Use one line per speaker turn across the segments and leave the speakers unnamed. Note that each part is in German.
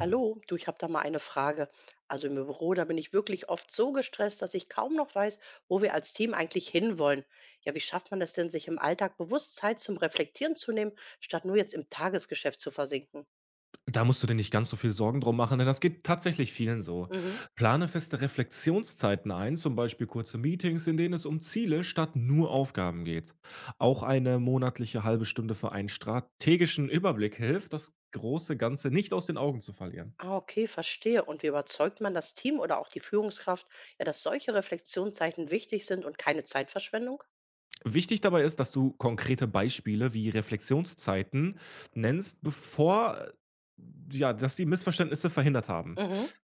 Hallo, du, ich habe da mal eine Frage. Also im Büro, da bin ich wirklich oft so gestresst, dass ich kaum noch weiß, wo wir als Team eigentlich hinwollen. Ja, wie schafft man das denn, sich im Alltag bewusst Zeit zum Reflektieren zu nehmen, statt nur jetzt im Tagesgeschäft zu versinken?
Da musst du dir nicht ganz so viel Sorgen drum machen, denn das geht tatsächlich vielen so.
Mhm.
Plane feste Reflexionszeiten ein, zum Beispiel kurze Meetings, in denen es um Ziele statt nur Aufgaben geht. Auch eine monatliche halbe Stunde für einen strategischen Überblick hilft, das große Ganze nicht aus den Augen zu verlieren.
Ah, okay, verstehe. Und wie überzeugt man das Team oder auch die Führungskraft, ja, dass solche Reflexionszeiten wichtig sind und keine Zeitverschwendung?
Wichtig dabei ist, dass du konkrete Beispiele wie Reflexionszeiten nennst, bevor ja, dass die Missverständnisse verhindert haben.
Mhm.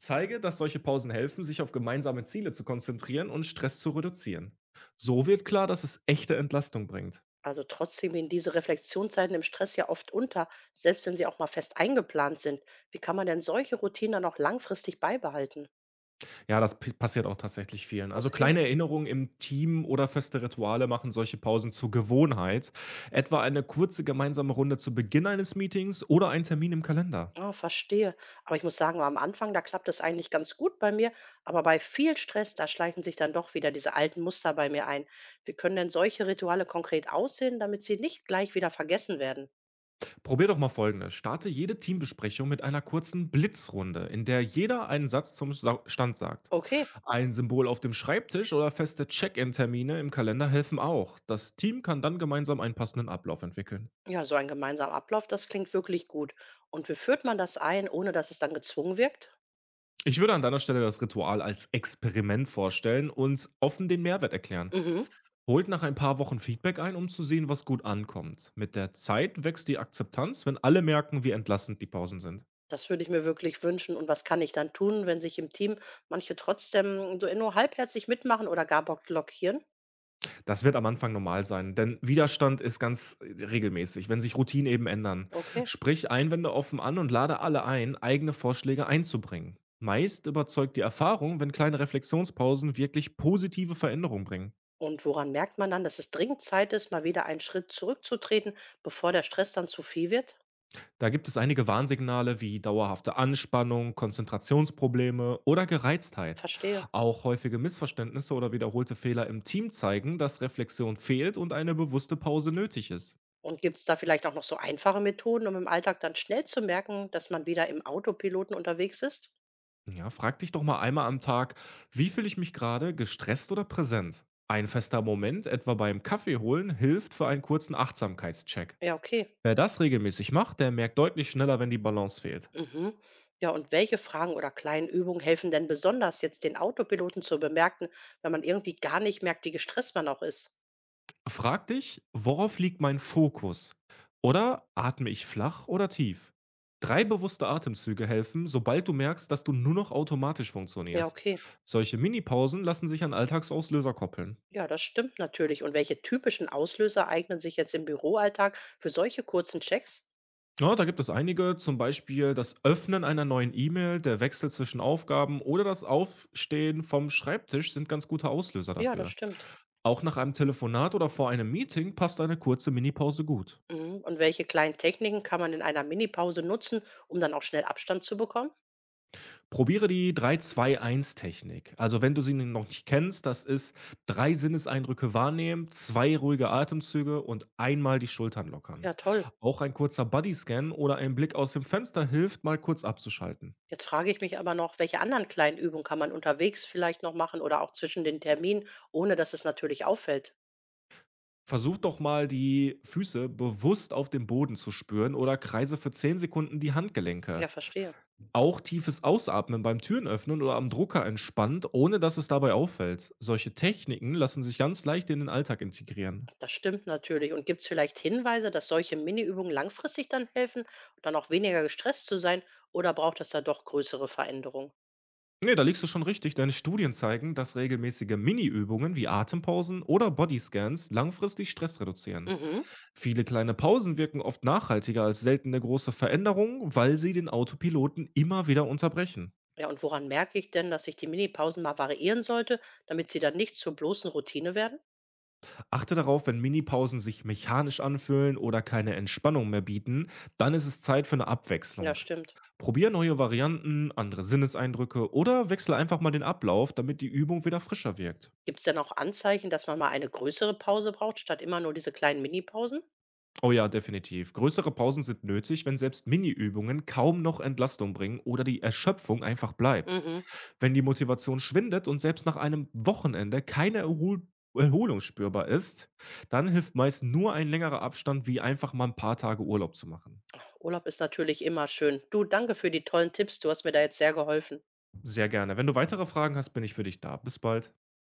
Zeige, dass solche Pausen helfen, sich auf gemeinsame Ziele zu konzentrieren und Stress zu reduzieren. So wird klar, dass es echte Entlastung bringt.
Also trotzdem gehen diese Reflexionszeiten im Stress ja oft unter, selbst wenn sie auch mal fest eingeplant sind. Wie kann man denn solche Routinen dann auch langfristig beibehalten?
Ja, passiert auch tatsächlich vielen. Also
Okay,
kleine Erinnerungen im Team oder feste Rituale machen solche Pausen zur Gewohnheit. Etwa eine kurze gemeinsame Runde zu Beginn eines Meetings oder ein Termin im Kalender.
ah, verstehe. Aber ich muss sagen, am Anfang, da klappt es eigentlich ganz gut bei mir, aber bei viel Stress, da schleichen sich dann doch wieder diese alten Muster bei mir ein. Wie können denn solche Rituale konkret aussehen, damit sie nicht gleich wieder vergessen werden?
Probier doch mal Folgendes. Starte jede Teambesprechung mit einer kurzen Blitzrunde, in der jeder einen Satz zum Stand sagt.
Okay,
Ein Symbol auf dem Schreibtisch oder feste Check-in-Termine im Kalender helfen auch. Das Team kann dann gemeinsam einen passenden Ablauf entwickeln.
ja, so ein gemeinsamer Ablauf, das klingt wirklich gut. Und wie führt man das ein, ohne dass es dann gezwungen wirkt?
Ich würde an deiner Stelle das Ritual als Experiment vorstellen und offen den Mehrwert erklären.
Mhm.
Holt nach ein paar Wochen Feedback ein, um zu sehen, was gut ankommt. Mit der Zeit wächst die Akzeptanz, wenn alle merken, wie entlastend die Pausen sind.
Das würde ich mir wirklich wünschen. Und was kann ich dann tun, wenn sich im Team manche trotzdem so nur halbherzig mitmachen oder gar blockieren?
Das wird am Anfang normal sein, denn Widerstand ist ganz regelmäßig, wenn sich Routinen eben ändern.
Okay.
Sprich Einwände offen an und lade alle ein, eigene Vorschläge einzubringen. Meist überzeugt die Erfahrung, wenn kleine Reflexionspausen wirklich positive Veränderungen bringen.
Und woran merkt man dann, dass es dringend Zeit ist, mal wieder einen Schritt zurückzutreten, bevor der Stress dann zu viel wird?
Da gibt es einige Warnsignale wie dauerhafte Anspannung, Konzentrationsprobleme oder Gereiztheit.
Verstehe.
Auch häufige Missverständnisse oder wiederholte Fehler im Team zeigen, dass Reflexion fehlt und eine bewusste Pause nötig ist.
Und gibt es da vielleicht auch noch so einfache Methoden, um im Alltag dann schnell zu merken, dass man wieder im Autopiloten unterwegs ist?
Ja, frag dich doch mal einmal am Tag, wie fühle ich mich gerade, gestresst oder präsent? Ein fester Moment, etwa beim Kaffee holen, hilft für einen kurzen Achtsamkeitscheck.
Ja, okay.
Wer das regelmäßig macht, der merkt deutlich schneller, wenn die Balance fehlt.
Mhm. Ja, und welche Fragen oder kleinen Übungen helfen denn besonders jetzt den Autopiloten zu bemerken, wenn man irgendwie gar nicht merkt, wie gestresst man auch ist?
Frag dich, worauf liegt mein Fokus? Oder atme ich flach oder tief? Drei bewusste Atemzüge helfen, sobald du merkst, dass du nur noch automatisch
Ja,
funktionierst.
okay.
Solche Minipausen lassen sich an Alltagsauslöser koppeln.
Ja, das stimmt natürlich. Und welche typischen Auslöser eignen sich jetzt im Büroalltag für solche kurzen Checks?
Ja, da gibt es einige, zum Beispiel das Öffnen einer neuen E-Mail, der Wechsel zwischen Aufgaben oder das Aufstehen vom Schreibtisch sind ganz gute Auslöser
Ja, das
dafür.
stimmt.
Auch nach einem Telefonat oder vor einem Meeting passt eine kurze Minipause gut.
Mhm. Und welche kleinen Techniken kann man in einer Minipause nutzen, um dann auch schnell Abstand zu bekommen?
Probiere die 3-2-1-Technik. Also wenn du sie noch nicht kennst, das ist drei Sinneseindrücke wahrnehmen, zwei ruhige Atemzüge und einmal die Schultern lockern.
Ja, toll.
Auch ein kurzer Bodyscan oder ein Blick aus dem Fenster hilft, mal kurz abzuschalten.
Jetzt frage ich mich aber noch, welche anderen kleinen Übungen kann man unterwegs vielleicht noch machen oder auch zwischen den Terminen, ohne dass es natürlich auffällt?
Versuch doch mal, die Füße bewusst auf dem Boden zu spüren oder kreise für 10 Sekunden die
Ja,
Handgelenke.
verstehe.
Auch tiefes Ausatmen beim Türen öffnen oder am Drucker entspannt, ohne dass es dabei auffällt. Solche Techniken lassen sich ganz leicht in den Alltag integrieren.
Das stimmt natürlich. Und gibt es vielleicht Hinweise, dass solche Mini-Übungen langfristig dann helfen und dann auch weniger gestresst zu sein? Oder braucht es da doch größere Veränderungen?
Nee, da liegst du schon richtig, denn Studien zeigen, dass regelmäßige Mini-Übungen wie Atempausen oder Bodyscans langfristig Stress reduzieren.
Mhm.
Viele kleine Pausen wirken oft nachhaltiger als seltene große Veränderungen, weil sie den Autopiloten immer wieder unterbrechen.
Ja, und woran merke ich denn, dass ich die Minipausen mal variieren sollte, damit sie dann nicht zur bloßen Routine werden?
Achte darauf, wenn Minipausen sich mechanisch anfühlen oder keine Entspannung mehr bieten, dann ist es Zeit für eine
Ja,
Abwechslung.
stimmt.
Probier neue Varianten, andere Sinneseindrücke oder wechsle einfach mal den Ablauf, damit die Übung wieder frischer wirkt.
Gibt es denn auch Anzeichen, dass man mal eine größere Pause braucht, statt immer nur diese kleinen Minipausen?
Oh ja, definitiv. Größere Pausen sind nötig, wenn selbst Mini-Übungen kaum noch Entlastung bringen oder die Erschöpfung einfach bleibt.
Mhm.
Wenn die Motivation schwindet und selbst nach einem Wochenende keine Erholung spürbar ist, dann hilft meist nur ein längerer Abstand, wie einfach mal ein paar Tage Urlaub zu machen.
Urlaub ist natürlich immer schön. Du, danke für die tollen Tipps. Du hast mir da jetzt sehr geholfen.
Sehr gerne. Wenn du weitere Fragen hast, bin ich für dich da. Bis bald.